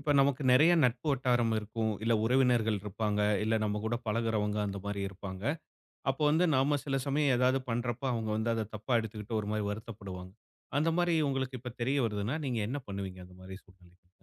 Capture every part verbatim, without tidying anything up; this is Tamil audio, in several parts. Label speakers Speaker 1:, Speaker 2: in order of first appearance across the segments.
Speaker 1: இப்ப நமக்கு நெறைய நட்பு வட்டாரம் இருக்கும். இல்ல உறவினர்கள் இருப்பாங்க. இல்ல நம்ம கூட பழகுறவங்க அந்த மாரி இருப்பாங்க. அப்போ வந்து நாம சில சமயம் ஏதாவது பண்றப்ப அவங்க வந்து அத தப்பா எடுத்துக்கிட்டு ஒரு மாரி வருத்தப்படுவாங்க. அந்த மாரி உங்களுக்கு இப்ப தெரிய வருதுன்னா, நீங்க என்ன பண்ணுவீங்க அந்த மாரி சூழ்நிலைகள்ல?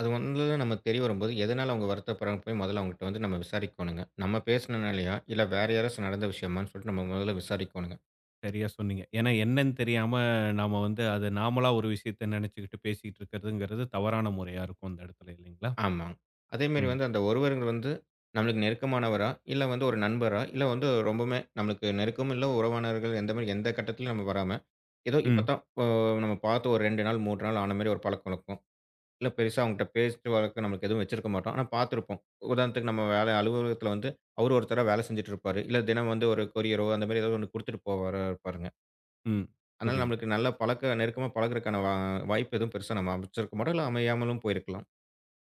Speaker 2: அது முதல்ல நமக்கு தெரிய வரும்போது, எதனால அவங்க வருத்தப்படுறாங்கன்னு போய் முதல்ல அவங்ககிட்ட வந்து நம்ம விசாரிக்கோணுங்க. நம்ம பேசினனாலயா? இல்ல வேற யாராச்சும் நடந்த விஷயமான்னு சொல்லிட்டு நம்ம முதல்ல விசாரிக்கோணுங்க.
Speaker 1: சரியா சொன்னீங்க. ஏன்னா என்னன்னு தெரியாம நாம வந்து அது நாமளா ஒரு விஷயத்த நெனைச்சுக்கிட்டு பேசிட்டு இருக்கிறதுங்கிறது தவறான முறையா இருக்கும் அந்த இடத்துல இல்லைங்களா?
Speaker 2: ஆமாங்க. அதேமாரி
Speaker 1: ம்,
Speaker 2: வந்து அந்த ஒருவருங்கிறது வந்து நம்மளுக்கு நெருக்கமானவரா? இல்ல வந்து ஒரு நண்பரா? இல்ல வந்து ரொம்பவுமே நம்மளுக்கு நெருக்கமும் இல்ல, உறவானவர்கள் எந்த மாரி எந்த கட்டத்திலயும் நம்ம வராம, ஏதோ இப்ப
Speaker 1: ம்,
Speaker 2: தான் ஓ நம்ம பார்த்து ஒரு இரண்டு நாள், மூன்று நாள் ஆன மாரி ஒரு பழக்கவழக்கம். இல்ல பெருசா அவங்கட்ட பேச்சு வழக்கு நம்மளுக்கு எதுவும் வச்சிருக்க மாட்டோம். ஆனா பார்த்துருப்போம். உதாரணத்துக்கு நம்ம வேலை அலுவலகத்துல வந்து, அவரு ஒருத்தரா வேலை செஞ்சுட்டு இருப்பாரு. இல்ல தினம் வந்து ஒரு கொரியரோ, அந்த மாரி ஏதாவது ஒண்ணு குடுத்துட்டு போவாரா இருப்பாருங்க.
Speaker 1: ம்.
Speaker 2: அதனால
Speaker 1: புரியுது.
Speaker 2: நம்மளுக்கு நல்லா பழக்க நெருக்கமா பழகுறதுக்கான வா வாய்ப்பு எதுவும் பெருசா நம்ம அமைச்சிருக்க மாட்டோம். இல்ல அமையாமலும் போயிருக்கலாம்.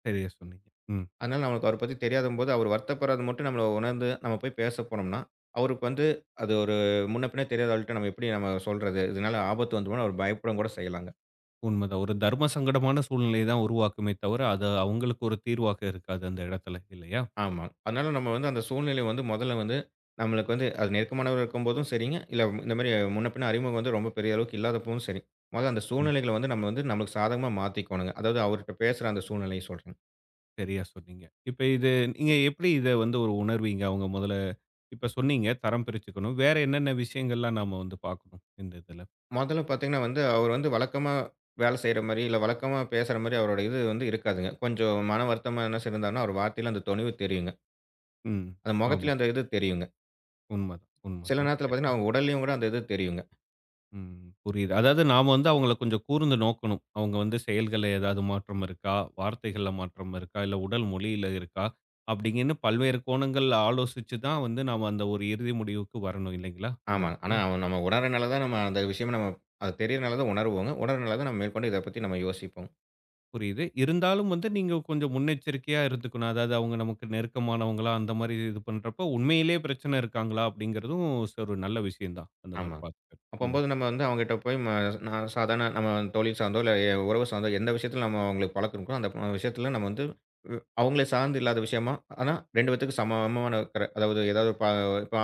Speaker 1: சரியா சொன்னீங்க. ம்.
Speaker 2: அதனால நம்மளுக்கு அவர பத்தி தெரியாதம்போது, அவரு வருத்தப்படுறது மட்டும் நம்மள உணர்ந்து நம்ம போய் பேச போனோம்னா, அவருக்கு வந்து அது ஒரு முன்ன பின்ன தெரியாத ஆள்ட்ட நம்ம எப்படி நம்ம சொல்றது? இதனால ஆபத்து வந்துருமோன்னு அவர் பயப்படவும் கூட செய்யலாங்க.
Speaker 1: உண்மதான். ஒரு தர்ம சங்கடமான சூழ்நிலைய தான் உருவாக்குமே தவிர, அது அவங்களுக்கு ஒரு தீர்வாக இருக்காது அந்த இடத்துல இல்லையா?
Speaker 2: ஆமா. அதனால நம்ம வந்து அந்த சூழ்நிலை வந்து மொதல்ல வந்து நம்மளுக்கு வந்து அது நெருக்கமானவரா இருக்கும்போதும் சரிங்க, இல்ல இந்த மாரி முன்ன பின்ன அறிமுகம் வந்து ரொம்ப பெரிய அளவுக்கு இல்லாதப்பவும் சரி. மொதல்ல அந்த
Speaker 1: ம்.
Speaker 2: சூழ்நிலைகள வந்து நம்ம வந்து நம்மளுக்கு சாதகமா மாத்திக்கோணுங்க. அதாவது அவர்ட்ட பேசுற அந்த சூழ்நிலைய சொல்றேன்.
Speaker 1: சரியா சொன்னீங்க. இப்ப இது நீங்க எப்படி இத வந்து ஒரு உணர்வீங்க? அவங்க முதல்ல இப்ப சொன்னீங்க தரம் பிரிச்சுக்கணும். வேற என்னென்ன விஷயங்கள்லாம் நாம வந்து பார்க்கணும் இந்த இதுல?
Speaker 2: மொதல்ல பாத்தீங்கன்னா வந்து அவர் வந்து வழக்கமா வேல செய்ற மாரி, இல்ல வழக்கமா பேசுற மாரி அவரோட இது வந்து இருக்காதுங்க. கொஞ்சம் மன வருத்தமா என்ன இருந்தாருன்னா, அவர் வார்த்தையில அந்த தொனிவு தெரியுங்க.
Speaker 1: ம்.
Speaker 2: அந்த
Speaker 1: ஆமா.
Speaker 2: முகத்தில அந்த இது தெரியுங்க.
Speaker 1: உண்மதான்,
Speaker 2: சில
Speaker 1: உண்மதான்.
Speaker 2: நேரத்தில
Speaker 1: சரி.
Speaker 2: பாத்தீங்கன்னா, அவங்க உடல்லயும் கூட அந்த இது தெரியுங்க.
Speaker 1: ம். புரியுது. அதாவது நாம வந்து அவங்கள கொஞ்சம் கூர்ந்து நோக்கணும். அவங்க வந்து செயல்கள்ல ஏதாவது மாற்றம் இருக்கா? வார்த்தைகள்ல மாற்றம் இருக்கா? இல்ல உடல் மொழியில இருக்கா? அப்படிங்கன்னு பல்வேறு கோணங்கள்ல ஆலோசிச்சு தான் வந்து நாம அந்த ஒரு இறுதி முடிவுக்கு வரணும் இல்லைங்களா? இந்த
Speaker 2: ஆமாங்க. ஆனா
Speaker 1: இடத்துல.
Speaker 2: அவன் நம்ம உணர்றனால தான் நம்ம அந்த விஷயம் நம்ம அது தெரியறனால தான் உணருவோங்க. உணர்றனால தான் நம்ம மேற்கொண்டு இத பத்தி நம்ம யோசிப்போம்.
Speaker 1: புரியுது. இருந்தாலும் வந்து நீங்க கொஞ்சம் முன்னெச்சரிக்கையா இருந்துக்கணும். அதாவது அவங்க நமக்கு நெருக்கமானவங்களா அந்த மாரி இது பண்றப்ப உண்மையிலேயே பிரச்சனை இருக்காங்களா? அப்படிங்கிறதும் ச- ஒரு நல்ல விஷயம் தான். அந்த மாரி
Speaker 2: ஆமா.
Speaker 1: பார்த்துக்க. ம்.
Speaker 2: அப்பம்போது நம்ம வந்து அவங்ககிட்ட போய் ம நான் சாதாரண நம்ம தொழில் சார்ந்தோ, இல்ல எ உறவு சார்ந்தோ எந்த விஷயத்தில நம்ம அவங்களுக்கு பழக்கறோமோ, அந்த ப விஷயத்தில நம்ம வந்து வ் அவங்கள சார்ந்து இல்லாத விஷயமா, ஆனா ரெண்டு பேத்துக்கும் சமமான இருக்கிற அதாவது ஏதாவது ப இப்ப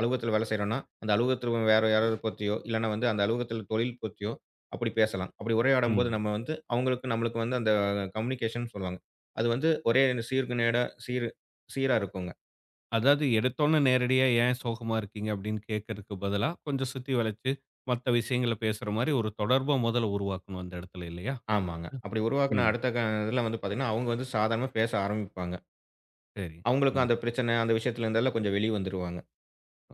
Speaker 2: அலுவலகத்தில வேலை செய்றோம்னா, அந்த அலுவலகத்தில வேற யாராவது பத்தியோ, இல்லன்னா வந்து அந்த அலுவலகத்தில தொழில் பத்தியோ அப்படி பேசலாம். அப்படி உரையாடும்போது
Speaker 1: ம்.
Speaker 2: நம்ம வந்து அவங்களுக்கும் நம்மளுக்கும் வந்து அந்த கம்யூனிகேஷன் சொல்லுவாங்க. அது வந்து ஒரே சீர்கு நேரா சீர் சீரா இருக்குங்க.
Speaker 1: அதாவது எடுத்தோன்னே நேரடியா "ஏன் சோகமா இருக்கீங்க?" அப்படின்னு கேட்கறதுக்கு பதிலா, கொஞ்சம் சுத்தி வளைச்சு, மத்த விஷயங்கள பேசுற மாரி ஒரு தொடர்ப முதல்ல உருவாக்கணும் அந்த இடத்துல இல்லையா? இந்த
Speaker 2: ஆமாங்க.
Speaker 1: இது.
Speaker 2: அப்படி உருவாக்குன
Speaker 1: ம்.
Speaker 2: அடுத்த க இதில வந்து பார்த்தீங்கன்னா, அவங்க வந்து சாதாரணமா பேச ஆரம்பிப்பாங்க.
Speaker 1: சரி.
Speaker 2: அவங்களுக்கும்
Speaker 1: ம்.
Speaker 2: அந்த பிரச்சனை, அந்த விஷயத்துல இருந்தெல்லாம் கொஞ்சம் வெளிய வந்துருவாங்க.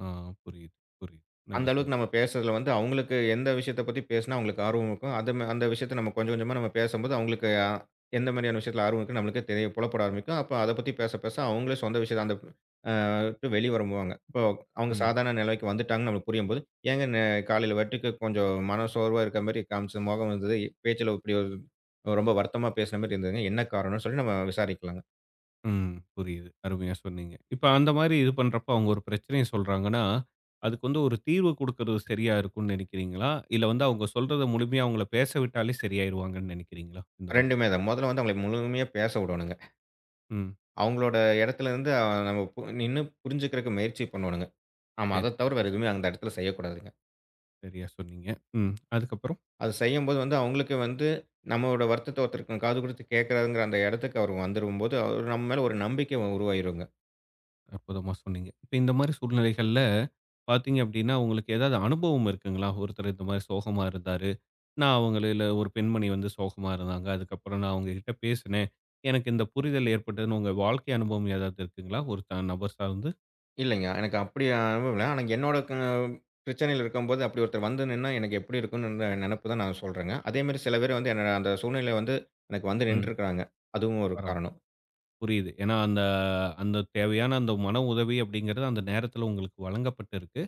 Speaker 1: ஆ புரியுது, புரியுது. நல்லா
Speaker 2: அந்த அளவுக்கு
Speaker 1: சொன்னீங்க.
Speaker 2: நம்ம பேசுறதுல வந்து அவங்களுக்கு எந்த விஷயத்த பத்தி பேசினா அவங்களுக்கு ஆர்வம் இருக்கும். அது ம அந்த விஷயத்த நம்ம கொஞ்சம் கொஞ்சமா நம்ம பேசும்போது அவங்களுக்கு அ எந்த மாரியான விஷயத்துல ஆர்வம் இருக்குன்னு நம்மளுக்கே தெரிய புலப்பட ஆரம்பிக்கும். அப்ப அத பத்தி பேச, பேச அவங்களே சொந்த விஷயத்த அந்த அத விட்டு வெளிய வரும்புவாங்க. இப்போ அவங்க
Speaker 1: ம்.
Speaker 2: சாதாரண நிலைக்கு வந்துட்டாங்கன்னு நம்மளுக்கு புரியும்போது, "ஏங்க நே காலையில வட்டிக்கு கொஞ்சம் மனசோர்வா இருக்க மாரி காமிச்ச முகம் இருந்தது. பேச்சுல இப்படி ஒரு ரொம்ப வருத்தமா பேசின மாரி இருந்ததுங்க. என்ன காரணம்னு?" சொல்லி நம்ம விசாரிக்கலாங்க.
Speaker 1: ம். புரியுது. அருமையா சொன்னீங்க. இப்ப அந்த மாரி இது பண்றப்ப அவங்க ஒரு பிரச்சனைய சொல்றாங்கன்னா, அதுக்கு வந்து ஒரு தீர்வு குடுக்கறது சரியா இருக்கும்னு நினைக்கிறீங்களா? இல்ல வந்து அவங்க சொல்றத முழுமையா அவங்கள பேச விட்டாலே சரியாயிருவாங்கன்னு நினைக்கிறீங்களா? இந்த மாரி.
Speaker 2: ரெண்டுமே தான். முதல்ல வந்து அவங்கள முழுமையா பேச விடணுங்க.
Speaker 1: ம்.
Speaker 2: அவங்களோட இடத்துலேருந்து அ நம்ம பு நின்னு புரிஞ்சுக்கிறக்கு முயற்சி பண்ணணுங்க. ஆமா.
Speaker 1: சரி,
Speaker 2: அத தவிர
Speaker 1: சரி.
Speaker 2: வேற எதுவுமே அந்த இடத்துல செய்யக்கூடாதுங்க.
Speaker 1: சரியா சொன்னீங்க. ம். அதுக்கப்புறம்?
Speaker 2: அது செய்யும்போது வந்து அவங்களுக்கு வந்து நம்மளோட வருத்தத்த ஒருத்தருக்கு காது குடுத்து கேட்கிறாருங்கிற அந்த இடத்துக்கு அவர் வந்துரும்போது, அவர் நம்ம மேல ஒரு நம்பிக்கை உருவாகிருங்க.
Speaker 1: அற்புதமா சொன்னீங்க. இப்ப இந்த மாரி சூழ்நிலைகள்ல பார்த்தீங்க அப்டின்னா, உங்களுக்கு ஏதாவது அனுபவம் இருக்குங்களா? ஒருத்தர் இந்த மாரி சோகமா இருந்தாரு. நான் அவங்களைல ஒரு பெண்மணி வந்து சோகமா இருந்தாங்க. அதுக்கப்புறம் நான் அவங்ககிட்ட பேசினேன். எனக்கு இந்த புரிதல் ஏற்பட்டதுன்னு உங்க வாழ்க்கை அனுபவம் ஏதாவது இருக்குங்களா? ஒரு த நபர் சார்ந்து?
Speaker 2: இல்லைங்க. எனக்கு அப்படி அனுபவம் இல்ல. ஆனா என்னோட க பிரச்சனையில இருக்கும்போது அப்படி ஒருத்தர் வந்து நின்னா எனக்கு எப்படி இருக்கும்னு நெனப்பு தான் நான் சொல்றேங்க. அதேமாரி சில பேர் வந்து என்னோட அந்த சூழ்நிலை வந்து எனக்கு வந்து
Speaker 1: ம்.
Speaker 2: நின்றுருக்கிறாங்க. அதுவும் ஒரு
Speaker 1: பரவால்ல.
Speaker 2: காரணம்.
Speaker 1: புரியுது. ஏன்னா அந்த அந்த தேவையான அந்த மன உதவி அப்டிங்கிறது அந்த நேரத்துல உங்களுக்கு வழங்கப்பட்டிருக்கு.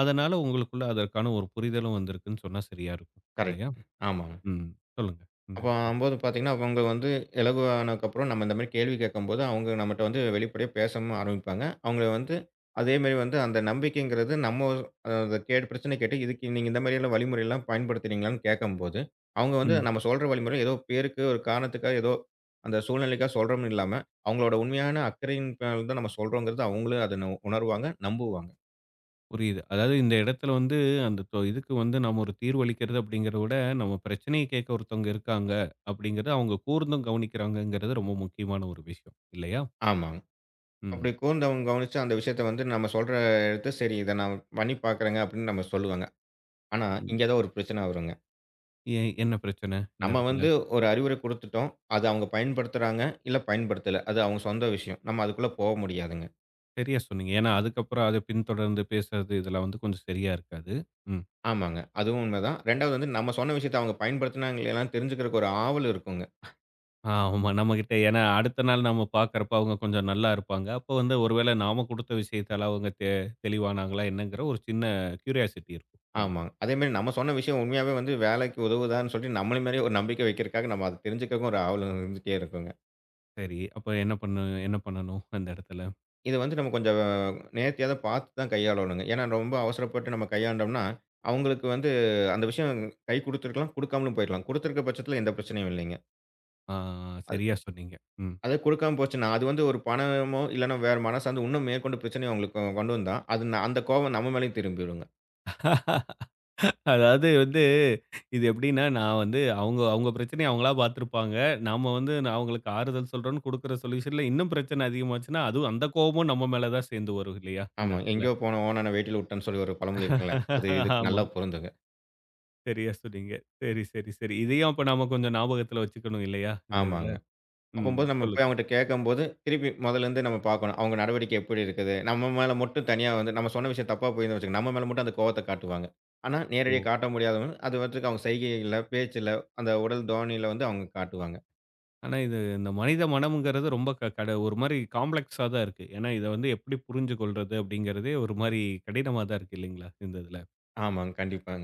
Speaker 1: அதனால உங்களுக்குள்ள அதற்கான ஒரு புரிதலும் வந்திருக்குன்னு சொன்னா சரியா இருக்கும்.
Speaker 2: கரெக்ட்.
Speaker 1: இல்லையா?
Speaker 2: ஆமாங்க.
Speaker 1: ம். சொல்லுங்க.
Speaker 2: அப்ப ஆகும்போது பார்த்தீங்கன்னா, அவங்க வந்து இலகுவானதுக்கப்புறம் நம்ம இந்த மாரி கேள்வி கேட்கும்போது, அவங்க நம்மட்ட வந்து வெளிப்படையா பேசவும் ஆரம்பிப்பாங்க. அவங்கள வந்து அதேமாரி வந்து அந்த நம்பிக்கைங்கிறது நம்ம அ அத கேட்டு பிரச்சனை கேட்டு, இதுக்கு நீங்க இந்த மாரியெல்லாம் வழிமுறைலாம் பயன்படுத்துனீங்களான்னு கேட்கும்போது, அவங்க வந்து
Speaker 1: ம்.
Speaker 2: நம்ம சொல்ற வழிமுறை ஏதோ பேருக்கு ஒரு காரணத்துக்காக ஏதோ அந்த சூழ்நிலைக்காக சொல்றோம்னு இல்லாம, அவங்களோட உண்மையான அக்கறையின் மேல தான் நம்ம சொல்றோங்கிறது அவங்களும் அத ந உணருவாங்க, நம்புவாங்க.
Speaker 1: புரியுது. அதாவது இந்த இடத்துல வந்து அந்த தொ இதுக்கு வந்து நம்ம ஒரு தீர்வளிக்கிறது அப்படிங்கிறத விட, நம்ம பிரச்சனைய கேட்க ஒருத்தவங்க இருக்காங்க அப்படிங்கிறத அவங்க கூர்ந்தும் கவனிக்கிறாங்கங்கிறது ரொம்ப முக்கியமான ஒரு விஷயம். இல்லையா?
Speaker 2: ஆமாங்க. அப்படி
Speaker 1: ம்.
Speaker 2: கூர்ந்தவங்க கவனிச்சு அந்த விஷயத்த வந்து நம்ம சொல்ற எடுத்து, "சரி இத நான் பண்ணி பார்க்குறேங்க" அப்படின்னு நம்ம சொல்லுவாங்க. ஆனா,
Speaker 1: ம்.
Speaker 2: இங்க தான் ஒரு பிரச்சனை வருங்க.
Speaker 1: எ என்ன பிரச்சனை இந்த
Speaker 2: நம்ம
Speaker 1: இடத்துல?
Speaker 2: வந்து ஒரு அறிவுரை குடுத்துட்டோம். அத அவங்க பயன்படுத்துறாங்க, இல்ல பயன்படுத்தல. அது அவங்க சொந்த விஷயம். நம்ம அதுக்குள்ள போ முடியாதுங்க.
Speaker 1: சரியா சொன்னீங்க. ஏன்னா அதுக்கப்புறம் அத பின்தொடர்ந்து பேசுறது இதெல்லாம் வந்து கொஞ்சம் சரியா இருக்காது. ம்.
Speaker 2: ஆமாங்க. அதுவும் உண்மதான். இரண்டாவது வந்து நம்ம சொன்ன விஷயத்த அவங்க பயன்படுத்துனாங்க இல்லையான்னு தெரிஞ்சுக்கிறக்கு ஒரு ஆவல் இருக்குங்க.
Speaker 1: ஆமா நம்மகிட்ட ஏன்னா அடுத்த நாள் நம்ம பார்க்கறப்ப அவங்க கொஞ்சம் நல்லா இருப்பாங்க. அப்போ வந்து ஒருவேள நாம குடுத்த விஷயத்தால அவங்க தெ தெளிவானாங்களா என்னங்கிற ஒரு சின்ன கியூரியாசிட்டி இருக்கும் நமக்கு.
Speaker 2: ஆமாங்க. அதேமாரி நம்ம சொன்ன விஷயம் உண்மையாவே வந்து வேலைக்கு உதவுதான்னு சொல்லி நம்மள மாரியே ஒரு நம்பிக்கை வைக்கிறக்காக நம்ம அத தெரிஞ்சுக்கிறக்கும் ஒரு ஆவல் இருந்துட்டே இருக்குங்க.
Speaker 1: சரி. அப்ப என்ன பண்ண என்ன பண்ணணும் அந்த இடத்துல?
Speaker 2: இது வந்து நம்ம கொஞ்சம் நேர்த்தியா தான் பார்த்து தான் கையாளணுங்க. ஏன்னா ரொம்ப அவசரப்பட்டு நம்ம கையாண்டோம்னா, அவங்களுக்கு வந்து அந்த விஷயம் கை குடுத்துருக்கலாம், குடுக்காமலும் போயிரலாம். குடுத்துருக்க பட்சத்தில எந்த பிரச்சனையும் இல்லைங்க.
Speaker 1: ஆ
Speaker 2: அது
Speaker 1: சரியா சொன்னீங்க. ம்.
Speaker 2: அது குடுக்காம போச்சுன்னா, அது வந்து ஒரு பணமோ, இல்லன்னா வேற மனசார்ந்த இன்னும் மேற்கொண்டு பிரச்சனைய அவங்களுக்கு கொ- கொண்டு வந்தா, அது ந அந்த கோவம் நம்ம மேலயும் திரும்பிருங்க.
Speaker 1: அதாவது வந்து இது எப்படின்னா, நான் வந்து அவங்க அவங்க பிரச்சனைய அவங்களா பார்த்துருப்பாங்க. நாம வந்து நான் அவங்களுக்கு ஆறுதல் சொல்றோம்ன்னு குடுக்குற சொல்யூஷன்ல இன்னும் பிரச்சனை அதிகமாச்சுன்னா, அதுவும் அந்த கோவமும் நம்ம மேல தான் சேர்ந்து வரும் இல்லையா? இந்த
Speaker 2: ஆமா.
Speaker 1: இடத்துல.
Speaker 2: எங்கேயோ போன ஓநான வேட்டில விட்டான்னு சொல்லி ஒரு பழமொழி இருக்குல்ல. அது இதுக்கு நல்லா
Speaker 1: ஆமாங்க.
Speaker 2: பொருந்துங்க.
Speaker 1: சரியா சொன்னீங்க. சரி, சரி, சரி. இதையும் அப்ப நாம கொஞ்சம் ஞாபகத்துல வச்சுக்கணும் இல்லையா? இந்த இதுல.
Speaker 2: ஆமாங்க.
Speaker 1: ம்.
Speaker 2: அப்பம்போது நம்ம போய்
Speaker 1: சொல்லுங்க.
Speaker 2: அவங்கட்ட கேட்கும்போது, திருப்பி மொதல்லேருந்து நம்ம பார்க்கணும். அவங்க நடவடிக்கை எப்படி இருக்குது? நம்ம மேல மட்டும் தனியா வந்து நம்ம சொன்ன விஷயம் தப்பா போயிருந்தா வச்சுக்கங்க, நம்ம மேல மட்டும் அந்த கோவத்த காட்டுவாங்க. ஆனா, நேரடியா
Speaker 1: ஓ!
Speaker 2: காட்ட முடியாதவங்க, அது பாட்டுக்கு அவங்க செய்கைகள்ல, பேச்சுல, அந்த உடல் தோணியில வந்து அவங்க காட்டுவாங்க.
Speaker 1: ஆனா, இது இந்த மனித மனம்ங்கிறது ரொம்ப க கட ஒரு மாரி காம்ப்ளக்ஸா தான் இருக்கு. ஏன்னா, இத வந்து எப்படி புரிஞ்சு கொள்றது அப்படிங்கிறதே ஒரு மாரி கடினமா தான் இருக்கு இல்லைங்களா? இந்த இதுல.
Speaker 2: ஆமாங்க. கண்டிப்பா.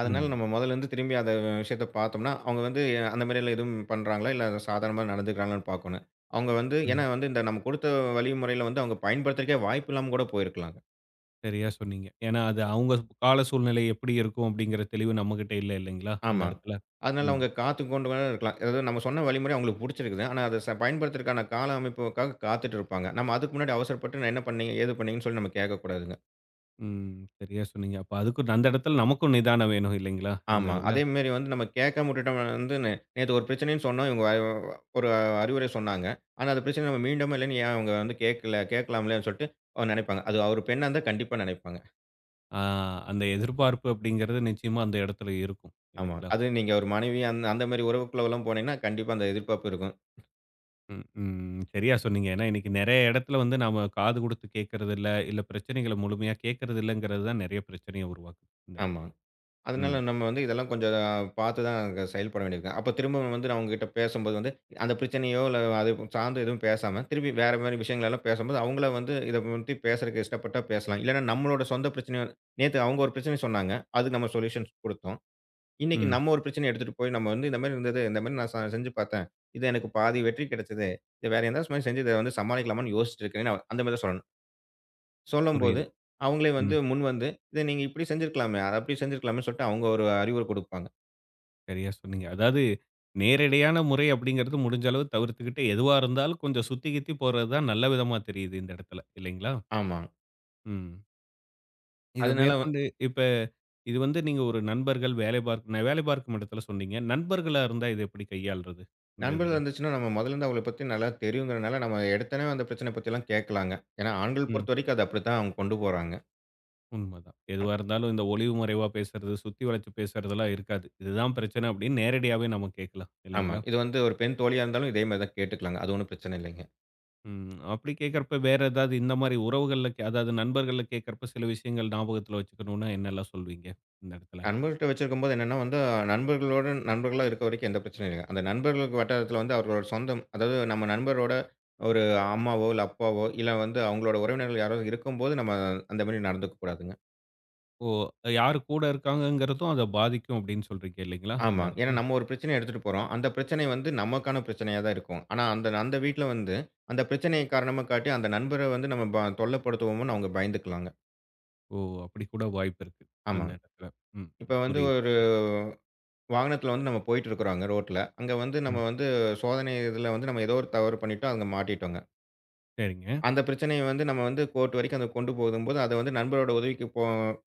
Speaker 2: அதனால
Speaker 1: ம்.
Speaker 2: நம்ம மொதல்லேருந்து திரும்பி அந்த விஷயத்த பார்த்தோம்னா, அவங்க வந்து அந்த மாரிலாம் எதுவும் பண்றாங்களா? இல்ல சாதாரணமா நடந்துக்கிறாங்களான்னு பார்க்கணும். அவங்க வந்து
Speaker 1: ம்.
Speaker 2: ஏன்னா வந்து இந்த நம்ம கொடுத்த வழிமுறையில வந்து அவங்க பயன்படுத்துறதுக்கே வாய்ப்பு இல்லாம கூட போயிருக்கலாங்க.
Speaker 1: சரியா சொன்னீங்க. ஏன்னா, அது அவங்க கால சூழ்நிலை எப்படி இருக்கும் அப்படிங்கிற தெளிவு நம்மகிட்ட இல்ல இல்லைங்களா? அந்த
Speaker 2: ஆமா.
Speaker 1: இடத்துல.
Speaker 2: அதனால
Speaker 1: ம்.
Speaker 2: அவங்க காத்து கொண்டு கூட இருக்கலாம். அதாவது நம்ம சொன்ன வழிமுறை அவங்களுக்கு புடிச்சிருக்குது. ஆனா அத ச பயன்படுத்துறதுக்கான கால அமைப்புக்காக காத்துட்டு இருப்பாங்க. நம்ம அதுக்கு முன்னாடி அவசரப்பட்டு நான் என்ன பண்ணீங்க? ஏது பண்ணீங்கன்னு சொல்லி நம்ம கேட்கக்கூடாதுங்க.
Speaker 1: ம். சரியா சொன்னீங்க. அப்ப அதுக்கும் அந்த இடத்துல நமக்கும் நிதானம் வேணும் இல்லைங்களா? இந்த
Speaker 2: ஆமா.
Speaker 1: இதுல.
Speaker 2: அதேமாரி வந்து நம்ம கேட்காம விட்டுட்டோம்னா வந்து, நே நேத்து ஒரு பிரச்சனைன்னு சொன்னோம். இவங்க வ ஒரு அறிவுரை சொன்னாங்க. ஆனா அந்த பிரச்சனை நம்ம மீண்டோமா இல்லன்னு ஏன் அவங்க வந்து கேட்கல கேட்கலாம்லன்னு சொல்லிட்டு அவங்க நெனைப்பாங்க. அது அவரு பெண்ணா இருந்தா கண்டிப்பா நெனைப்பாங்க.
Speaker 1: ஆ அந்த எதிர்பார்ப்பு அப்படிங்கிறது நிச்சயமா அந்த இடத்துல இருக்கும்.
Speaker 2: ஆமா.
Speaker 1: இல்லைங்களா?
Speaker 2: அது நீங்க ஒரு மனைவி அந்த அந்த மாரி உறவுக்குள்ளலாம் போனீங்கன்னா, கண்டிப்பா அந்த எதிர்பார்ப்பு இருக்கும்.
Speaker 1: ம், ம். சரியா சொன்னீங்க. ஏன்னா, இன்னைக்கு நெறைய இடத்துல வந்து நாம காது குடுத்து கேட்கறதில்ல, இல்ல பிரச்சனைகள முழுமையா கேட்கறதில்லங்கிறது தான் நெறைய பிரச்சனைய உருவாக்குது இந்த
Speaker 2: ஆமா.
Speaker 1: இடத்துல.
Speaker 2: அதனால
Speaker 1: ம்,
Speaker 2: நம்ம வந்து இதெல்லாம் கொஞ்சம் பார்த்து தான் அங்க செயல்பட வேண்டியிருக்கு. அப்ப திரும்பவும் வந்து நான் உங்ககிட்ட பேசும்போது வந்து, அந்த பிரச்சனையோ இல்ல அது சார்ந்து எதுவும் பேசாம, திருப்பி வேற மாரி விஷயங்கள் எல்லாம் பேசும்போது, அவங்கள வந்து இத பத்தி பேசுறதுக்கு இஷ்டப்பட்டா பேசலாம். இல்லன்னா நம்மளோட சொந்த பிரச்சனைய நேத்து அவங்க ஒரு பிரச்சனை சொன்னாங்க. அதுக்கு நம்ம சொல்யூஷன்ஸ் குடுத்தோம். இன்னைக்கு
Speaker 1: ம்.
Speaker 2: நம்ம ஒரு பிரச்சனைய எடுத்துட்டு போய் நம்ம வந்து இந்த மாரி இருந்தது. இந்த மாரி நான் ச செஞ்சு பார்த்தேன். இது எனக்கு பாதி வெற்றி கிடைச்சது. இது வேற எந்த மாரி செஞ்சு இத வந்து சமாளிக்கலாமான்னு யோசிச்சிட்டு இருக்கேன்னு அந்த மாரி தான் சொல்லணும். சொல்லும்போது,
Speaker 1: புரியுது.
Speaker 2: அவங்களே
Speaker 1: ம்.
Speaker 2: வந்து முன் வந்து, "இத நீங்க இப்படி செஞ்சிருக்கலாமே, அத அப்படி செஞ்சிருக்கலாமே" சொல்லிட்டு அவங்க ஒரு அறிவுரை குடுப்பாங்க.
Speaker 1: சரியா சொன்னீங்க. அதாவது நேரடியான முறை அப்படிங்கிறது முடிஞ்ச அளவு தவிர்த்துக்கிட்டு, எதுவா இருந்தாலும் கொஞ்சம் சுத்தி கித்தி போறது தான் நல்ல விதமா தெரியுது இந்த இடத்துல. இல்லைங்களா?
Speaker 2: ஆமாங்க.
Speaker 1: ம். இத
Speaker 2: அதனால வ
Speaker 1: மேற்கொண்டு இப்ப இது வந்து நீங்க ஒரு நண்பர்கள் வேலை பார்க் வேலை பார்க்கும் இடத்துல சொன்னீங்க. நண்பர்களா இருந்தா இத எப்படி கையாள்றது? இந்த
Speaker 2: நண்பர்கள்
Speaker 1: இதுல?
Speaker 2: இருந்துச்சுன்னா, நம்ம முதல்ல இருந்து அவங்கள பத்தி நல்லா தெரியுங்கிறனால, நம்ம எடுத்தோனே அந்த பிரச்சனை பத்திலாம் கேட்கலாங்க. ஏன்னா, ஆண்கள்
Speaker 1: ம்.
Speaker 2: பொறுத்தவரைக்கும் அது அப்படித்தான் அவங்க கொண்டு போறாங்க.
Speaker 1: உண்மதான். எதுவா இருந்தாலும் இந்த ஒளிவு மறைவா பேசுறது, சுத்தி வளைச்சு பேசுறதெல்லாம் இருக்காது. இதுதான் பிரச்சனை அப்படின்னு நேரடியாவே நம்ம கேட்கலாம். இல்லைங்களா?
Speaker 2: ஆமாங்க. இது வந்து ஒரு பெண் தோழியா இருந்தாலும் இதே மாரி தான் கேட்டுக்கலாங்க. அது ஒண்ணும் பிரச்சனை இல்லைங்க.
Speaker 1: ம். அப்படி கேட்கறப்ப வேற ஏதாவது இந்த மாரி உறவுகள்ல கே அதாவது நண்பர்கள்ல கேட்கறப்ப சில விஷயங்கள் ஞாபகத்துல வச்சுக்கணும்னா என்னெல்லாம் சொல்வீங்க இந்த இடத்துல?
Speaker 2: நண்பர்கள்ட்ட வச்சிருக்கும்போது என்னன்னா வந்து, நண்பர்களோட நண்பர்களா இருக்க வரைக்கும் எந்த பிரச்சனையும் இல்ல. அந்த நண்பர்களுக்கு வட்டாரத்தில வந்து அவர்களோட சொந்தம், அதாவது நம்ம நண்பரோட ஒரு அம்மாவோ, இல்ல அப்பாவோ, இல்ல வந்து அவங்களோட உறவினர்கள் யாராவது இருக்கும்போது நம்ம அந்த மாரி நடந்துக்க கூடாதுங்க.
Speaker 1: ஓ! யாரு கூட இருக்காங்கங்கிறதும் அத பாதிக்கும் அப்படின்னு சொல்றீங்க இல்லைங்களா? அந்த
Speaker 2: ஆமா. ஏன்னா
Speaker 1: இடத்துல.
Speaker 2: நம்ம ஒரு பிரச்சனைய எடுத்துட்டு போறோம். அந்த பிரச்சனை வந்து நமக்கான பிரச்சனையா தான் இருக்கும். ஆனா அந்த அந்த வீட்ல வந்து அந்த பிரச்சனைய காரணமா காட்டி அந்த நண்பர வந்து நம்ம ப தொல்லைப்படுத்துவோம்ன்னு அவங்க பயந்துக்கலாங்க.
Speaker 1: ஓ! அப்படி கூட வாய்ப்பு இருக்கு. அந்த
Speaker 2: ஆமாங்க.
Speaker 1: இடத்துல. ம்.
Speaker 2: இப்ப
Speaker 1: ம்.
Speaker 2: வந்து
Speaker 1: புரியுது.
Speaker 2: ஒரு வாகனத்தில வந்து நம்ம போயிட்டுருக்குறோங்க ரோட்ல. அங்க வந்து
Speaker 1: ம்.
Speaker 2: நம்ம வந்து சோதனை இதில வந்து நம்ம ஏதோ ஒரு தவறு பண்ணிட்டோம். அங்க மாட்டிட்டோங்க.
Speaker 1: சரிங்க.
Speaker 2: அந்த பிரச்சனைய வந்து நம்ம வந்து கோர்ட் வரைக்கும் அத கொண்டு போகும்போது, அத வந்து நண்பரோட உதவிக்கு போ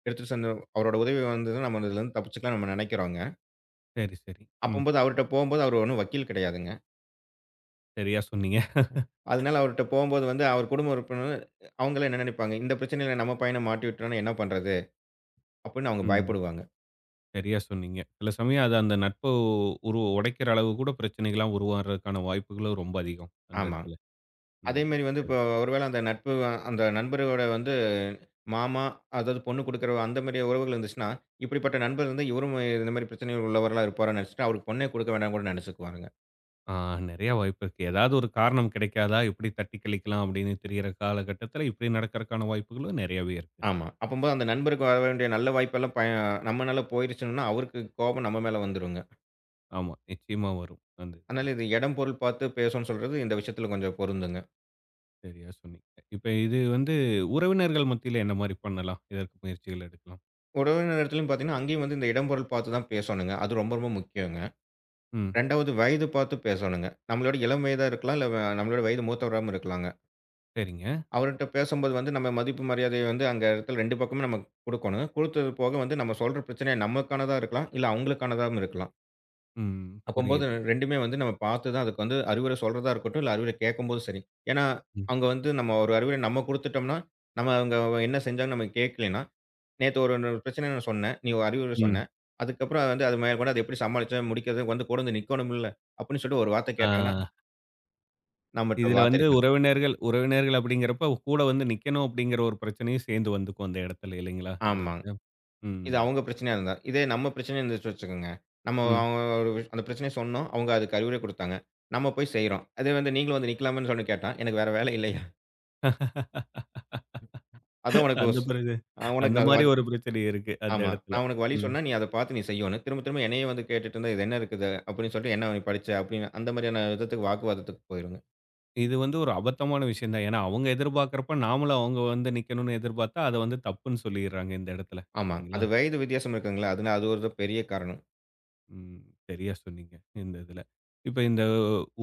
Speaker 2: எடுத்துட்டு சென்று அவரோட உதவி வந்ததுன்னா நம்ம இதுலருந்து தப்பிச்சுக்கலாம்னு நம்ம நெனைக்கிறோங்க.
Speaker 1: சரி, சரி. ம்.
Speaker 2: அப்பம்போது அவர்ட்ட போம்போது அவர் ஒண்ணும் வக்கீல் கிடையாதுங்க.
Speaker 1: சரியா சொன்னீங்க.
Speaker 2: அதனால அவர்ட்ட போம்போது வந்து அவர் குடும்ப உறுப்பினர் அவங்களே என்ன நெனைப்பாங்க? இந்த பிரச்சனையில நம்ம பையன மாட்டி விட்டோம்னா என்ன பண்றது? அப்படின்னு அவங்க
Speaker 1: ம்.
Speaker 2: பயப்படுவாங்க.
Speaker 1: சரியா சொன்னீங்க. சில சமயம் அது அந்த நட்ப உரு உடைக்கிற அளவு கூட பிரச்சனைகளா உருவாறதுக்கான வாய்ப்புகளும் ரொம்ப அதிகம் அந்த
Speaker 2: ஆமா.
Speaker 1: இடத்துல.
Speaker 2: அதே
Speaker 1: ம்.
Speaker 2: மாரி வந்து
Speaker 1: சரி.
Speaker 2: இப்போ ஒருவேள அந்த நட்பு அந்த நண்பரோட வந்து மாமா, அதாவது பொண்ணு குடுக்குற அந்த மாரி உறவுகள் இருந்துச்சுன்னா, இப்படிப்பட்ட நண்பர் வந்து இவரும் இந்த மாரி பிரச்சனைகள் உள்ளவரா இருப்பாருன்னு நினைச்சுட்டு, அவருக்கு பொண்ணே குடுக்க வேண்டாம்ன்னு கூட நினைச்சுக்குவாருங்க.
Speaker 1: ஆ நெறைய வாய்ப்பு இருக்கு. ஏதாவது ஒரு காரணம் கிடைக்காதா, எப்படி தட்டி கழிக்கலாம் அப்படின்னு தெரியிற காலகட்டத்தில இப்படி நடக்கறக்கான வாய்ப்புகளும் நெறையாவே இருக்கு.
Speaker 2: ஆமா. அப்பம்போது அந்த நண்பருக்கு வர வேண்டிய நல்ல வாய்ப்பெல்லாம் ப நம்மனால போயிருச்சுன்னா, அவருக்கு கோபம் நம்ம மேல வந்துருங்க.
Speaker 1: ஆமா, நிச்சயமா வரும். அந்த இதுல.
Speaker 2: அதனால இது இடம், பொருள் பார்த்து பேசணும்னு சொல்றது இந்த விஷயத்துல கொஞ்சம் பொருந்துங்க.
Speaker 1: சரியா சொன்னீங்க. இப்ப இது வந்து உறவினர்கள் மத்தியில என்ன மாரி பண்ணலாம்? இதற்கு முயற்சிகள் எடுக்கலாம்?
Speaker 2: உறவினர் இடத்துலயும் பார்த்தீங்கன்னா, அங்கேயும் வந்து இந்த இடம், பொருள் பார்த்து தான் பேசணுங்க. அது ரொம்ப ரொம்ப முக்கியங்க.
Speaker 1: ம்.
Speaker 2: இரண்டாவது வயது பார்த்து பேசணுங்க. நம்மளோட இளம் வயதா இருக்கலாம், இல்ல நம்மளோட வயது மூத்தவராவும் இருக்கலாங்க.
Speaker 1: சரிங்க.
Speaker 2: அவர்ட்ட பேசும்போது வந்து நம்ம மதிப்பு, மரியாதைய வந்து அங்க இடத்துல ரெண்டு பக்கமும் நம்ம குடுக்கணும். குடுத்தது போக வந்து நம்ம சொல்ற பிரச்சனை நமக்கானதா இருக்கலாம். இல்ல அவங்களுக்கானதாவும் இருக்கலாம்.
Speaker 1: ம்.
Speaker 2: அப்பம்போது
Speaker 1: புரியுது.
Speaker 2: ரெண்டுமே வந்து நம்ம பார்த்து தான் அதுக்கு வந்து அறிவுரை சொல்றதா இருக்கட்டும், இல்ல அறிவுரை கேட்கும்போதும் சரி. ஏன்னா,
Speaker 1: ம்.
Speaker 2: அங்க வந்து நம்ம ஒரு அறிவுரை நம்ம குடுத்துட்டோம்னா, நம்ம அவங்க என்ன செஞ்சாங்கன்னு நம்ம கேட்கலைன்னா, நேத்து ஒரு ஒரு பிரச்சனை நான் சொன்னேன். நீ ஒரு அறிவுரை
Speaker 1: ம்.
Speaker 2: சொன்ன. அதுக்கப்புறம் அது வந்து அது மேற்கொண்டு அது எப்படி சமாளிச்சேன், முடிக்கிறது வந்து கூட வந்து நிக்கணும்ல. அப்படின்னு சொல்லிட்டு ஒரு வார்த்தை
Speaker 1: ஆ.
Speaker 2: கேட்டாங்கன்னா, நம்மட்ட
Speaker 1: இதுல
Speaker 2: வார்த்தை
Speaker 1: வந்து
Speaker 2: இருக்காது.
Speaker 1: உறவினர்கள் உறவினர்கள் அப்படிங்கிறப்ப, கூட வந்து நிக்கணும் அப்படிங்கிற ஒரு பிரச்சனையும் சேர்ந்து வந்துக்கும் அந்த இடத்துல இல்லைங்களா? இந்த
Speaker 2: ஆமா.
Speaker 1: இதுல.
Speaker 2: இது
Speaker 1: ம்,
Speaker 2: அவங்க பிரச்சனையா இருந்தா. இதே நம்ம பிரச்சனையா இருந்துச்சு வச்சுக்கோங்க. நம்ம
Speaker 1: ம்.
Speaker 2: அவங்க ஒரு விஷ் அந்த பிரச்சனைய சொன்னோம். அவங்க அதுக்கு அறிவுரை குடுத்தாங்க. நம்ம போய் செய்றோம். அதே வந்து நீங்களும் வந்து நிக்கலாமான்னு சொல்லி கேட்டா, எனக்கு வேற வேலை இல்லையா? அதான் உனக்கு
Speaker 1: அந்த
Speaker 2: ஒரு ஸ்
Speaker 1: பிறகு
Speaker 2: அ உனக்கு
Speaker 1: அந்த
Speaker 2: நான்
Speaker 1: மாரி
Speaker 2: வழி
Speaker 1: ஒரு பிரச்சனை இருக்கு அந்த
Speaker 2: ஆமா.
Speaker 1: இடத்துல.
Speaker 2: நான் உனக்கு வழி
Speaker 1: ம்.
Speaker 2: சொன்னா, நீ அத பார்த்து நீ செய்யணும். திரும்ப திரும்ப என்னையே வந்து கேட்டுட்டு இருந்தா, இது என்ன இருக்குது? அப்படின்னு சொல்லிட்டு, என்ன நீ படிச்ச? அப்படின்னு அந்த மாரியான விதத்துக்கு வாக்குவாதத்துக்கு போயிருங்க.
Speaker 1: இது வந்து ஒரு அபத்தமான விஷயம் தான். ஏன்னா அவங்க எதிர்பார்க்கிறப்ப, நாமளும் அவங்க வந்து நிக்கணும்னு எதிர்பார்த்தா, அத வந்து தப்புன்னு சொல்லிர்றாங்க இந்த இடத்துல.
Speaker 2: ஆமா.
Speaker 1: இல்லைங்களா?
Speaker 2: அது வயது வித்தியாசம் இருக்குங்களா? அதனால அது ஒரு பெரிய காரணம்.
Speaker 1: ம். சரியா சொன்னீங்க. இந்த இதுல. இப்ப இந்த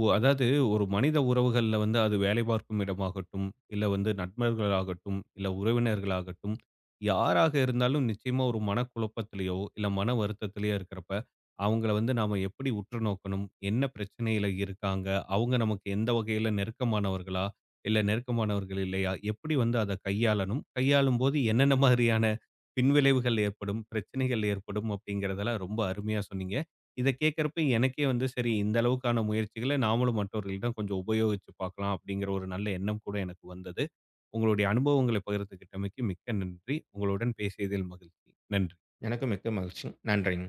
Speaker 1: ஒ அதாவது ஒரு மனித உறவுகள்ல வந்து அது வேலை பார்க்கும் இடமாகட்டும், இல்ல வந்து நண்பர்களாகட்டும், இல்ல உறவினர்களாகட்டும், யாராக இருந்தாலும் நிச்சயமா ஒரு மனக்குழப்பத்திலயோ, இல்ல மன வருத்தத்திலயோ இருக்கிறப்ப, அவங்கள வந்து நாம எப்படி உற்று நோக்கணும்? என்ன பிரச்சனையில இருக்காங்க? அவங்க நமக்கு எந்த வகையில நெருக்கமானவர்களா? இல்ல நெருக்கமானவர்கள் இல்லையா? எப்படி வந்து அத கையாளணும்? கையாளும்போது என்னென்ன மாதிரியான பின்விளைவுகள் ஏற்படும்? பிரச்சனைகள் ஏற்படும்? அப்படிங்கிறதெல்லாம் ரொம்ப அருமையா சொன்னீங்க. இத கேட்கிறப்ப எனக்கே வந்து சரி இந்த அளவுக்கான முயற்சிகள நாமளும் மற்றவர்களிடம் கொஞ்சம் உபயோகிச்சு பார்க்கலாம் அப்படிங்கிற ஒரு நல்ல எண்ணம் கூட எனக்கு வந்தது. உங்களுடைய அனுபவங்களை பகிர்ந்துகிட்டமைக்கு மிக்க நன்றி. உங்களுடன் பேசியதில் மகிழ்ச்சி. நன்றி.
Speaker 2: எனக்கும் மிக்க மகிழ்ச்சி. நன்றிங்க.